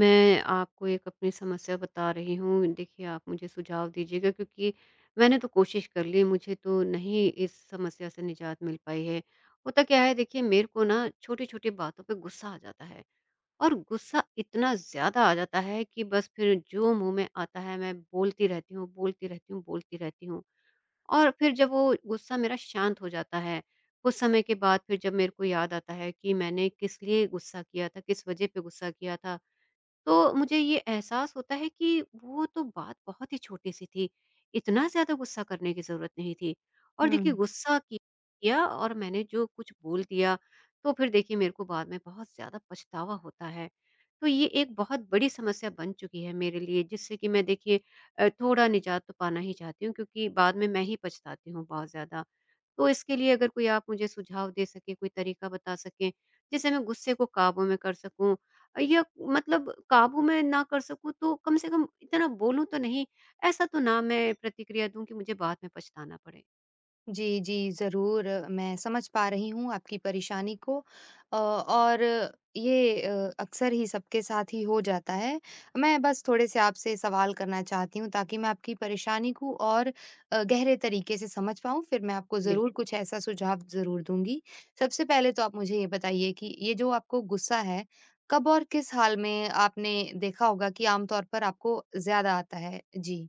मैं आपको एक अपनी समस्या बता रही हूँ। देखिए, आप मुझे सुझाव दीजिएगा क्योंकि मैंने तो कोशिश कर ली, मुझे तो नहीं इस समस्या से निजात मिल पाई है। होता क्या है देखिए, मेरे को ना छोटी-छोटी बातों पे गुस्सा आ जाता है और गुस्सा इतना ज़्यादा आ जाता है कि बस फिर जो मुँह में आता है मैं बोलती रहती हूँ, बोलती रहती हूँ, बोलती रहती हूँ। और फिर जब वो गुस्सा मेरा शांत हो जाता है, कुछ समय के बाद फिर जब मेरे को याद आता है कि मैंने किस लिए गुस्सा किया था, किस वज़ह पे गुस्सा किया था, तो मुझे ये एहसास होता है कि वो तो बात बहुत ही छोटी-सी थी, इतना ज़्यादा गुस्सा करने की ज़रूरत नहीं थी। और देखिए हुँ। गुस्सा कि किया और मैंने जो कुछ बोल दिया, तो फिर देखिए मेरे को बाद में बहुत ज़्यादा पछतावा होता है। तो ये एक बहुत बड़ी समस्या बन चुकी है मेरे लिए जिससे कि मैं देखिए थोड़ा निजात तो पाना ही चाहती हूँ क्योंकि बाद में मैं ही पछताती हूँ बहुत ज़्यादा। तो इसके लिए अगर कोई आप मुझे सुझाव दे सकें, कोई तरीका बता सकें, जिससे मैं गुस्से को काबू में कर सकूँ या मतलब काबू में ना कर सकूँ तो कम से कम इतना बोलूँ तो नहीं, ऐसा तो ना मैं प्रतिक्रिया दूँ कि मुझे बाद में पछताना पड़े। जी, जी, ज़रूर। मैं समझ पा रही हूँ आपकी परेशानी को और ये अक्सर ही सबके साथ ही हो जाता है। मैं बस थोड़े-से आपसे सवाल करना चाहती हूँ ताकि मैं आपकी परेशानी को और गहरे तरीके से समझ पाऊँ, फिर मैं आपको ज़रूर बिल्कुल। कुछ ऐसा सुझाव ज़रूर दूँगी। सबसे पहले तो आप मुझे ये बताइए कि ये जो आपको गुस्सा है, कब और किस हाल में आपने देखा होगा कि आम तौर पर आपको ज़्यादा आता है? जी।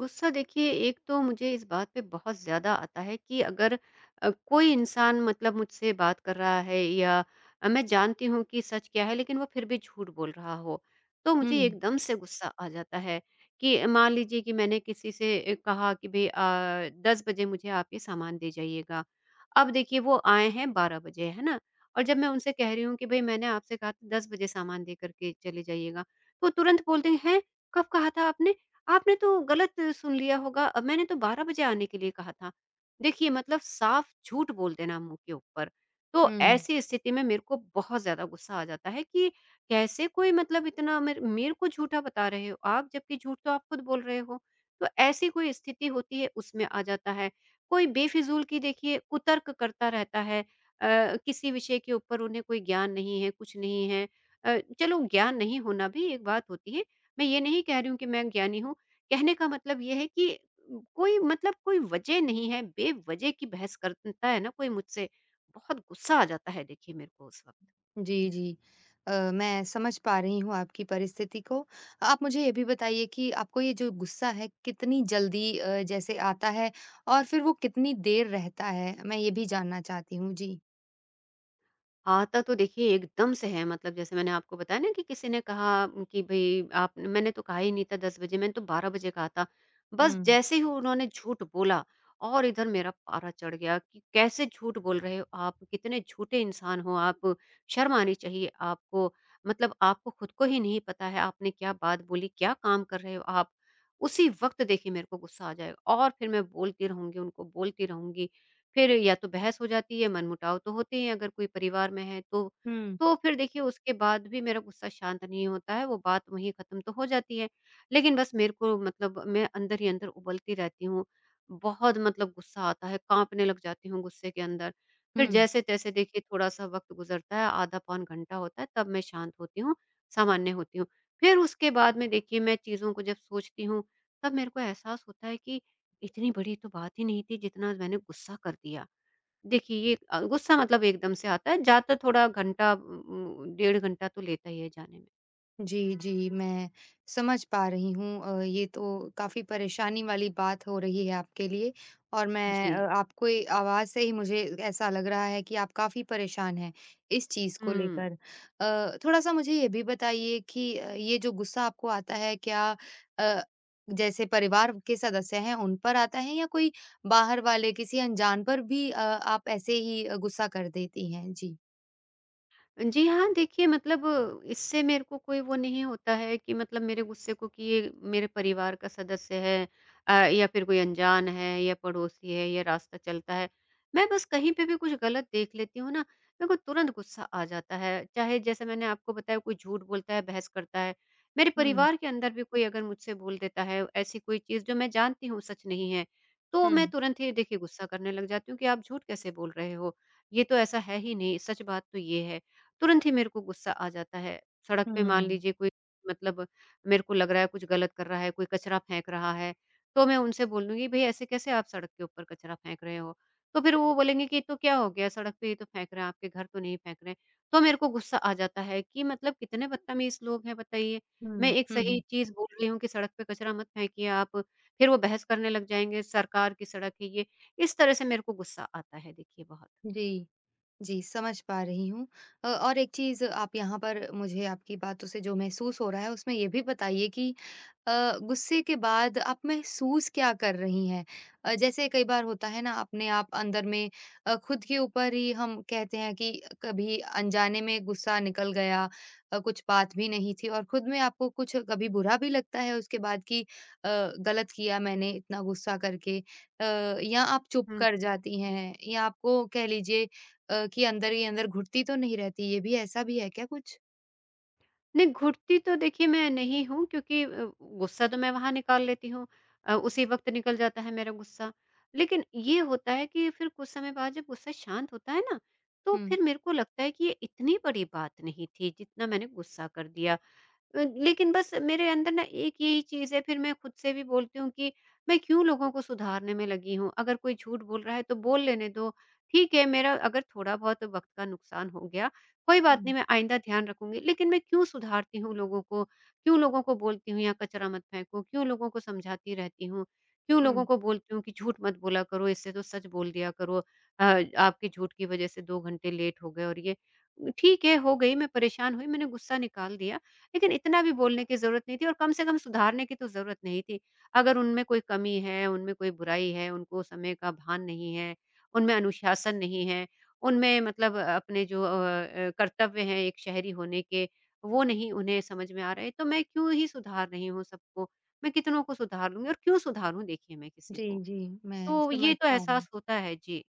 गुस्सा देखिए एक तो मुझे इस बात पे बहुत ज़्यादा आता है कि अगर कोई इंसान मतलब मुझसे बात कर रहा है या मैं जानती हूँ कि सच क्या है लेकिन वो फिर भी झूठ बोल रहा हो, तो हुँ, मुझे एकदम से गुस्सा आ जाता है कि मान लीजिए कि मैंने किसी से कहा कि भई 10 बजे मुझे आप ये सामान दे जाइएगा। अब देखिए वो आए हैं 12 बजे, है ना? और जब मैं उनसे कह रही हूँ कि भई मैंने आपसे कहा था 10 बजे सामान दे कर के चले जाइएगा, तो तुरंत बोलते हैं, "हैं? कब कहा था आपने? आपने तो गलत सुन लिया होगा मैंने तो 12 बजे आने के लिए कहा था। देखिए मतलब साफ झूठ बोल देना मुँह के ऊपर। तो हुँ। ऐसी स्थिति में मेरे को बहुत ज़्यादा गुस्सा आ जाता है कि कैसे कोई मतलब इतना मेरे को झूठा बता रहे हो आप, जबकि झूठ तो आप खुद बोल रहे हो। तो ऐसी कोई स्थिति होती है उसमें आ जाता है। कोई बेफिज़ूल की देखिए कुतर्क करता रहता है। किसी विषय के ऊपर उन्हें कोई ज्ञान नहीं है, कुछ नहीं है। चलो ज्ञान नहीं होना भी एक बात होती है। मैं ये नहीं कह रही हूँ कि मैं ज्ञानी हूँ। कहने का मतलब ये है कि कोई मतलब कोई वजह नहीं है, बेवजह की बहस करता है ना कोई मुझसे, बहुत गुस्सा आ जाता है देखिए मेरे को उस वक़्त। जी, जी। मैं समझ पा रही हूँ आपकी परिस्थिति को। आप मुझे ये भी बताइए कि आपको ये जो गुस्सा है कितनी जल्दी जैसे आता है और फिर वो कितनी देर रहता है? मैं ये भी जानना चाहती हूँ। जी। आता तो देखिए एकदम से है मतलब जैसे मैंने आपको बताया ना कि किसी ने कहा कि भई आप मैंने तो कहा ही नहीं था 10 बजे मैंने तो 12 बजे कहा था। बस हुँ। जैसे ही उन्होंने झूठ बोला और इधर मेरा पारा चढ़ गया कि कैसे झूठ बोल रहे हो आप? कितने झूठे इंसान हो आप? शर्म आनी चाहिए आपको। मतलब आपको खुद को ही नहीं पता है आपने क्या बात बोली, क्या काम कर रहे हो आप? उसी वक़्त देखिए मेरे को गुस्सा आ जाएगा और फिर मैं बोलती रहूँगी उनको, बोलती रहूँगी। फिर या तो बहस हो जाती है, मनमुटाव तो होते ही हैं अगर कोई परिवार में है तो। हुँ, तो फिर देखिए उसके बाद भी मेरा गुस्सा शांत नहीं होता है, वो बात वहीं ख़त्म तो हो जाती है। लेकिन बस मेरे को मतलब मैं अंदर ही अंदर उबलती रहती हूँ। बहुत मतलब गुस्सा आता है, काँपने लग जाती हूँ गुस्से के अंदर। फिर हुँ। जैसे-तैसे देखिए थोड़ा-सा वक़्त गुज़रता है, आधा पौन घंटा होता है तब मैं शांत होती हूँ, सामान्य होती हूँ। फिर उसके बाद में देखिए मैं चीज़ों को जब सोचती हूँ, तब मेरे को एहसास होता है कि इतनी बड़ी तो बात ही नहीं थी जितना मैंने गुस्सा कर दिया। देखिए ये गुस्सा मतलब एकदम से आता है, जाता थोड़ा घंटा डेढ़ घंटा तो लेता ही है जाने में। जी, जी, मैं समझ पा रही हूँ। ये तो काफ़ी परेशानी वाली बात हो रही है आपके लिए और मैं, जी। आपकी आवाज़ से ही मुझे ऐसा लग रहा है कि आप काफ़ी परेशान हैं इस चीज़ को हुँ। लेकर। थोड़ा-सा मुझे ये भी बताइए कि ये जो गुस्सा आपको आता है क्या, अ, जैसे परिवार के सदस्य हैं उन पर आता है या कोई बाहर वाले किसी अनजान पर भी आप ऐसे ही गुस्सा कर देती हैं? जी। जी हाँ, देखिए मतलब इससे मेरे को कोई वो नहीं होता है कि मतलब मेरे गुस्से को कि ये मेरे परिवार का सदस्य है या फिर कोई अनजान है या पड़ोसी है या रास्ता चलता है। मैं बस कहीं पे भी कुछ गलत देख लेती हूँ ना, मेरे को तुरंत गुस्सा आ जाता है। चाहे जैसे मैंने आपको बताया कोई झूठ बोलता है, बहस करता है। मेरे हुँ, परिवार के अंदर भी कोई अगर मुझसे बोल देता है ऐसी कोई चीज़ जो मैं जानती हूँ सच नहीं है, तो मैं हुँ, तुरंत ही देखिए गुस्सा करने लग जाती हूँ कि आप झूठ कैसे बोल रहे हो? ये तो ऐसा है ही नहीं, सच बात तो ये है। तुरंत ही मेरे को गुस्सा आ जाता है। सड़क पे मान हुँ, लीजिए कोई मतलब मेरे को लग रहा है कुछ गलत कर रहा है, कोई कचरा फेंक रहा है, तो मैं उनसे बोल दूँगी भई ऐसे कैसे आप सड़क के ऊपर कचरा फेंक रहे हो? तो फिर वो बोलेंगे कि तो क्या हो गया सड़क पे ही तो फेंक रहे हैं, आपके घर तो नहीं फेंक रहे। तो मेरे को गुस्सा आ जाता है कि मतलब कितने बदतमीज़ लोग हैं बताइए। मैं हुँ, एक हुँ, सही हुँ, चीज़ बोल रही हूँ कि सड़क पे कचरा मत फेंकिए आप, फिर वो बहस करने लग जाएँगे सरकार की सड़क है ये। इस तरह से मेरे को गुस्सा आता है देखिए बहुत। जी। जी, समझ पा रही हूँ। और एक चीज़ आप यहाँ पर मुझे आपकी बातों से जो महसूस हो रहा है उसमें ये भी बताइए कि गुस्से के बाद आप महसूस क्या कर रही हैं? जैसे कई बार होता है ना अपने आप अंदर में खुद के ऊपर ही हम कहते हैं कि कभी अनजाने में गुस्सा निकल गया, कुछ बात भी नहीं थी और खुद में आपको कुछ कभी बुरा भी लगता है उसके बाद कि अ, गलत किया मैंने इतना गुस्सा करके, या आप चुप कर जाती हैं या आपको कह लीजिए कि अंदर ही अंदर घुटती तो नहीं रहती, ये भी ऐसा भी है क्या कुछ? नहीं, घुटती तो देखिए मैं नहीं हूँ क्योंकि गुस्सा तो मैं वहाँ निकाल लेती हूँ। उसी वक़्त निकल जाता है मेरा गुस्सा। लेकिन ये होता है कि फिर कुछ समय बाद जब गुस्सा शांत होता है ना, तो हुँ। फिर मेरे को लगता है कि ये इतनी बड़ी बात नहीं थी जितना मैंने गुस्सा कर दिया। लेकिन बस मेरे अंदर ना एक यही चीज़ है, फिर मैं खुद से भी बोलती हूँ कि मैं क्यों लोगों को सुधारने में लगी हूँ? अगर कोई झूठ बोल रहा है तो बोल लेने दो। ठीक है, मेरा अगर थोड़ा बहुत वक़्त का नुकसान हो गया, कोई बात नहीं हुँ। मैं आइंदा ध्यान रखूँगी। लेकिन मैं क्यों सुधारती हूँ लोगों को? क्यों लोगों को बोलती हूँ यहाँ कचरा मत फेंको? क्यों लोगों को समझाती रहती हूँ? क्यों लोगों हुँ, को बोलती हूँ कि झूठ मत बोला करो, इससे तो सच बोल दिया करो। आपके झूठ की वज़ह से 2 घंटे लेट हो गए और ये ठीक है, हो गई मैं परेशान हुई, मैंने गुस्सा निकाल दिया। लेकिन इतना भी बोलने की ज़रूरत नहीं थी और कम से कम सुधारने की तो ज़रूरत नहीं थी। अगर उनमें कोई कमी है, उनमें कोई बुराई है, उनको समय का भान नहीं है, उनमें अनुशासन नहीं है, उनमें मतलब अपने जो कर्तव्य हैं एक शहरी होने के, वो नहीं उन्हें समझ में आ रहे, तो मैं क्यों ही सुधार रही हूँ सबको? मैं कितनों को सुधार लूँगी और क्यों सुधारूँ देखिए मैं किसी जी, को? जी, मैं तो ये समझ तो पा रही हूँ। एहसास होता है। जी।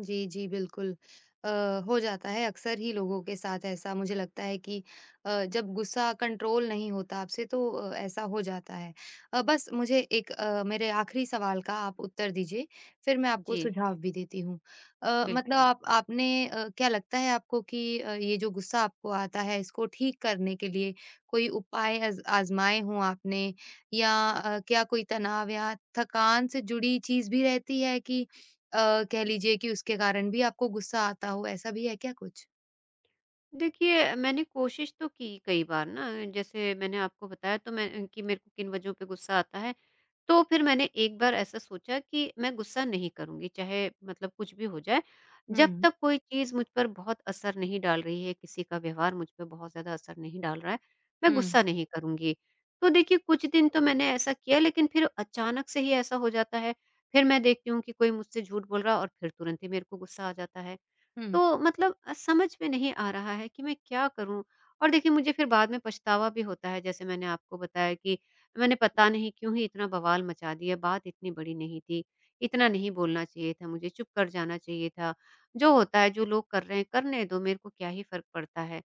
जी, जी, बिल्कुल। अ, हो जाता है अक्सर ही लोगों के साथ ऐसा, मुझे लगता है कि जब गुस्सा कंट्रोल नहीं होता आपसे तो ऐसा हो जाता है। बस मुझे एक, मेरे आखिरी सवाल का आप उत्तर दीजिए, फिर मैं आपको जी, सुझाव भी देती हूँ। मतलब बिल्कुल। आप आपने, क्या लगता है आपको कि ये जो गुस्सा आपको आता है इसको ठीक करने के लिए कोई उपाय आज़माए हों आपने? या क्या कोई तनाव या थकान से जुड़ी चीज़ भी रहती है कि कह लीजिए कि उसके कारण भी आपको गुस्सा आता हो, ऐसा भी है क्या कुछ? देखिए, मैंने कोशिश तो की कई बार ना, जैसे मैंने आपको बताया तो मैं कि मेरे को किन वजहों पे गुस्सा आता है, तो फिर मैंने एक बार ऐसा सोचा कि मैं गुस्सा नहीं करूँगी, चाहे मतलब कुछ भी हो जाए, जब हुँ, तक कोई चीज़ मुझ पर बहुत असर नहीं डाल रही है, किसी का व्यवहार मुझ पे बहुत ज़्यादा असर नहीं डाल रहा है, मैं हुँ, गुस्सा नहीं करूँगी। तो देखिए, कुछ दिन तो मैंने ऐसा किया, लेकिन फिर अचानक से ही ऐसा हो जाता है, फिर मैं देखती हूँ कि कोई मुझसे झूठ बोल रहा है और फिर तुरंत ही मेरे को गुस्सा आ जाता है। हुँ। तो मतलब समझ में नहीं आ रहा है कि मैं क्या करूँ? और देखिए मुझे फिर बाद में पछतावा भी होता है, जैसे मैंने आपको बताया कि मैंने पता नहीं क्यों ही इतना बवाल मचा दिया, बात इतनी बड़ी नहीं थी, इतना नहीं बोलना चाहिए था मुझे, चुप कर जाना चाहिए था। जो होता है, जो लोग कर रहे हैं, करने दो, मेरे को क्या ही फ़र्क पड़ता है?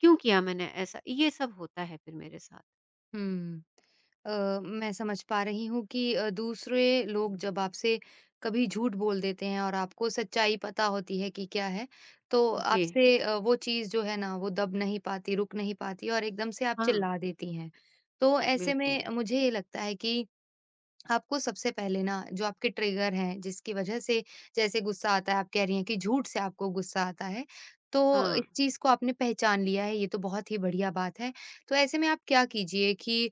क्यों किया मैंने ऐसा? ये सब होता है फिर मेरे साथ। हुँ। मैं समझ पा रही हूँ कि दूसरे लोग जब आपसे कभी झूठ बोल देते हैं और आपको सच्चाई पता होती है कि क्या है, तो जी, आपसे वो चीज़ जो है ना, वो दब नहीं पाती, रुक नहीं पाती और एकदम से आप हाँ, चिल्ला देती हैं। तो ऐसे बिल्कुल। में मुझे ये लगता है कि आपको सबसे पहले ना जो आपके ट्रिगर हैं जिसकी वजह से, जैसे गुस्सा आता है आप कह रही हैं कि झूठ से आपको गुस्सा आता है, तो हाँ, इस चीज को आपने पहचान लिया है, ये तो बहुत ही बढ़िया बात है। तो ऐसे में आप क्या कीजिए कि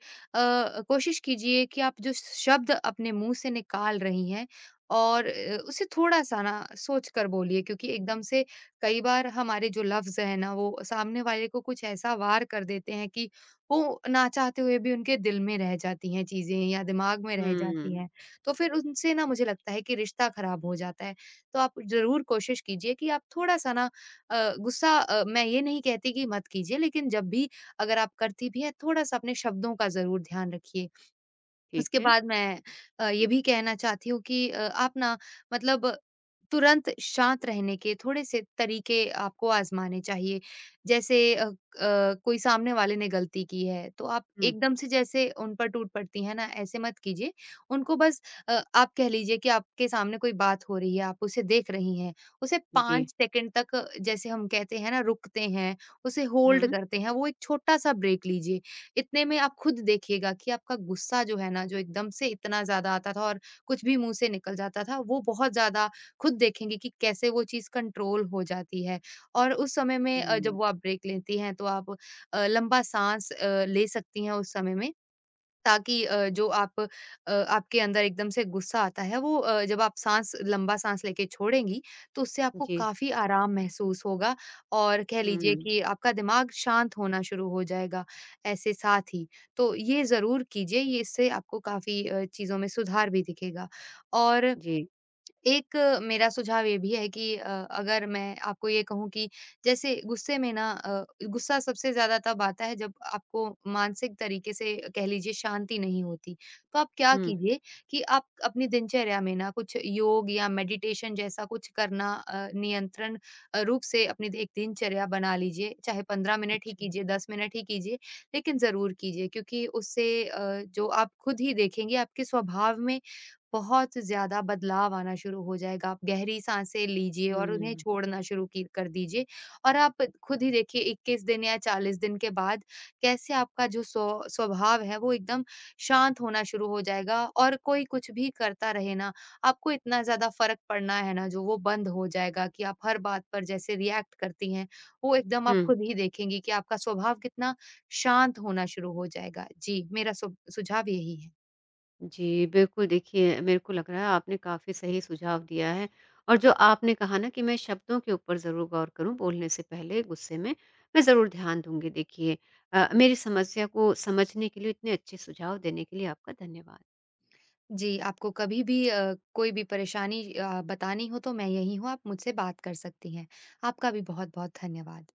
कोशिश कीजिए कि आप जो शब्द अपने मुंह से निकाल रही हैं और उसे थोड़ा सा ना सोच कर बोलिए, क्योंकि एकदम से कई बार हमारे जो लफ्ज है ना, वो सामने वाले को कुछ ऐसा वार कर देते हैं कि वो ना चाहते हुए भी उनके दिल में रह जाती हैं चीज़ें या दिमाग में रह जाती हुँ, हैं। तो फिर उनसे ना मुझे लगता है कि रिश्ता खराब हो जाता है। तो आप ज़रूर कोशिश कीजिए कि आप थोड़ा-सा ना गुस्सा, मैं ये नहीं कहती कि मत कीजिए, लेकिन जब भी, अगर आप करती भी हैं थोड़ा-सा अपने शब्दों का ज़रूर ध्यान रखिए। ठीक उसके है। बाद मैं ये भी कहना चाहती हूँ कि आप ना मतलब तुरंत शांत रहने के थोड़े-से तरीके आपको आज़माने चाहिए। जैसे कोई सामने वाले ने गलती की है, तो आप हुँ, एकदम से जैसे उन पर टूट पड़ती हैं ना, ऐसे मत कीजिए। उनको बस आप कह लीजिए कि आपके सामने कोई बात हो रही है, आप उसे देख रही हैं, उसे जी। 5 सेकंड तक, जैसे हम कहते हैं ना, रुकते हैं, उसे होल्ड हुँ, करते हैं, वो एक छोटा-सा ब्रेक लीजिए। इतने में आप खुद देखिएगा कि आपका गुस्सा जो है ना, जो एकदम से इतना ज़्यादा आता था और कुछ भी मुँह से निकल जाता था, वो बहुत ज़्यादा, खुद देखेंगे कि कैसे वो चीज़ कंट्रोल हो जाती है। और उस समय में जब हुँ, वो आप ब्रेक लेती हैं, तो आप लंबा साँस ले सकती हैं उस समय में। ताकि जो आप, आपके अंदर एकदम से गुस्सा आता है वो, जब आप साँस, लंबा साँस लेके छोड़ेंगी, तो उससे आपको जी, काफ़ी आराम महसूस होगा और कह लीजिए हुँ, कि आपका दिमाग शांत होना शुरू हो जाएगा, ऐसे साथ ही। तो ये ज़रूर कीजिए, ये इससे आपको काफ़ी चीज़ों में सुधार भी दिखेगा। और जी, एक, मेरा सुझाव ये भी है कि अगर मैं आपको ये कहूँ कि जैसे गुस्से में ना, गुस्सा सबसे ज़्यादा तब आता है जब आपको मानसिक तरीके से कह लीजिए शांति नहीं होती। तो आप क्या हुँ। कीजिए कि आप अपनी दिनचर्या में ना कुछ योग या मेडिटेशन जैसा कुछ करना, नियंत्रण रूप से अपनी एक दिनचर्या बना लीजिए। चाहे 15 मिनट ही अच्छा, कीजिए, 10 मिनट ही कीजिए, लेकिन ज़रूर कीजिए क्योंकि उससे, जो आप खुद ही देखेंगे आपके स्वभाव में बहुत ज़्यादा बदलाव आना शुरू हो जाएगा। आप गहरी साँसें लीजिए और उन्हें हुँ, छोड़ना शुरू की कर दीजिए और आप खुद ही देखिए 21 दिन या 40 दिन के बाद कैसे आपका जो स्वभाव है वो एकदम शांत होना शुरू हो जाएगा और कोई कुछ भी करता रहे ना, आपको इतना ज़्यादा फ़र्क पड़ना है ना, जो वो बंद हो जाएगा कि आप हर बात पर जैसे रिएक्ट करती हैं, वो एकदम आप हुँ। खुद ही देखेंगी कि आपका स्वभाव कितना शांत होना शुरू हो जाएगा। जी, मेरा सु सुझाव यही है। जी, बिल्कुल देखिए, मेरे को लग रहा है आपने काफ़ी सही सुझाव दिया है और जो आपने कहा ना कि मैं शब्दों के ऊपर ज़रूर गौर करूँ बोलने से पहले गुस्से में, मैं ज़रूर ध्यान दूँगी देखिए। मेरी समस्या को समझने के लिए, इतने अच्छे सुझाव देने के लिए आपका धन्यवाद। जी, आपको कभी भी कोई भी परेशानी बतानी हो तो मैं यहीं हूँ, आप मुझसे बात कर सकती हैं। आपका भी बहुत-बहुत धन्यवाद।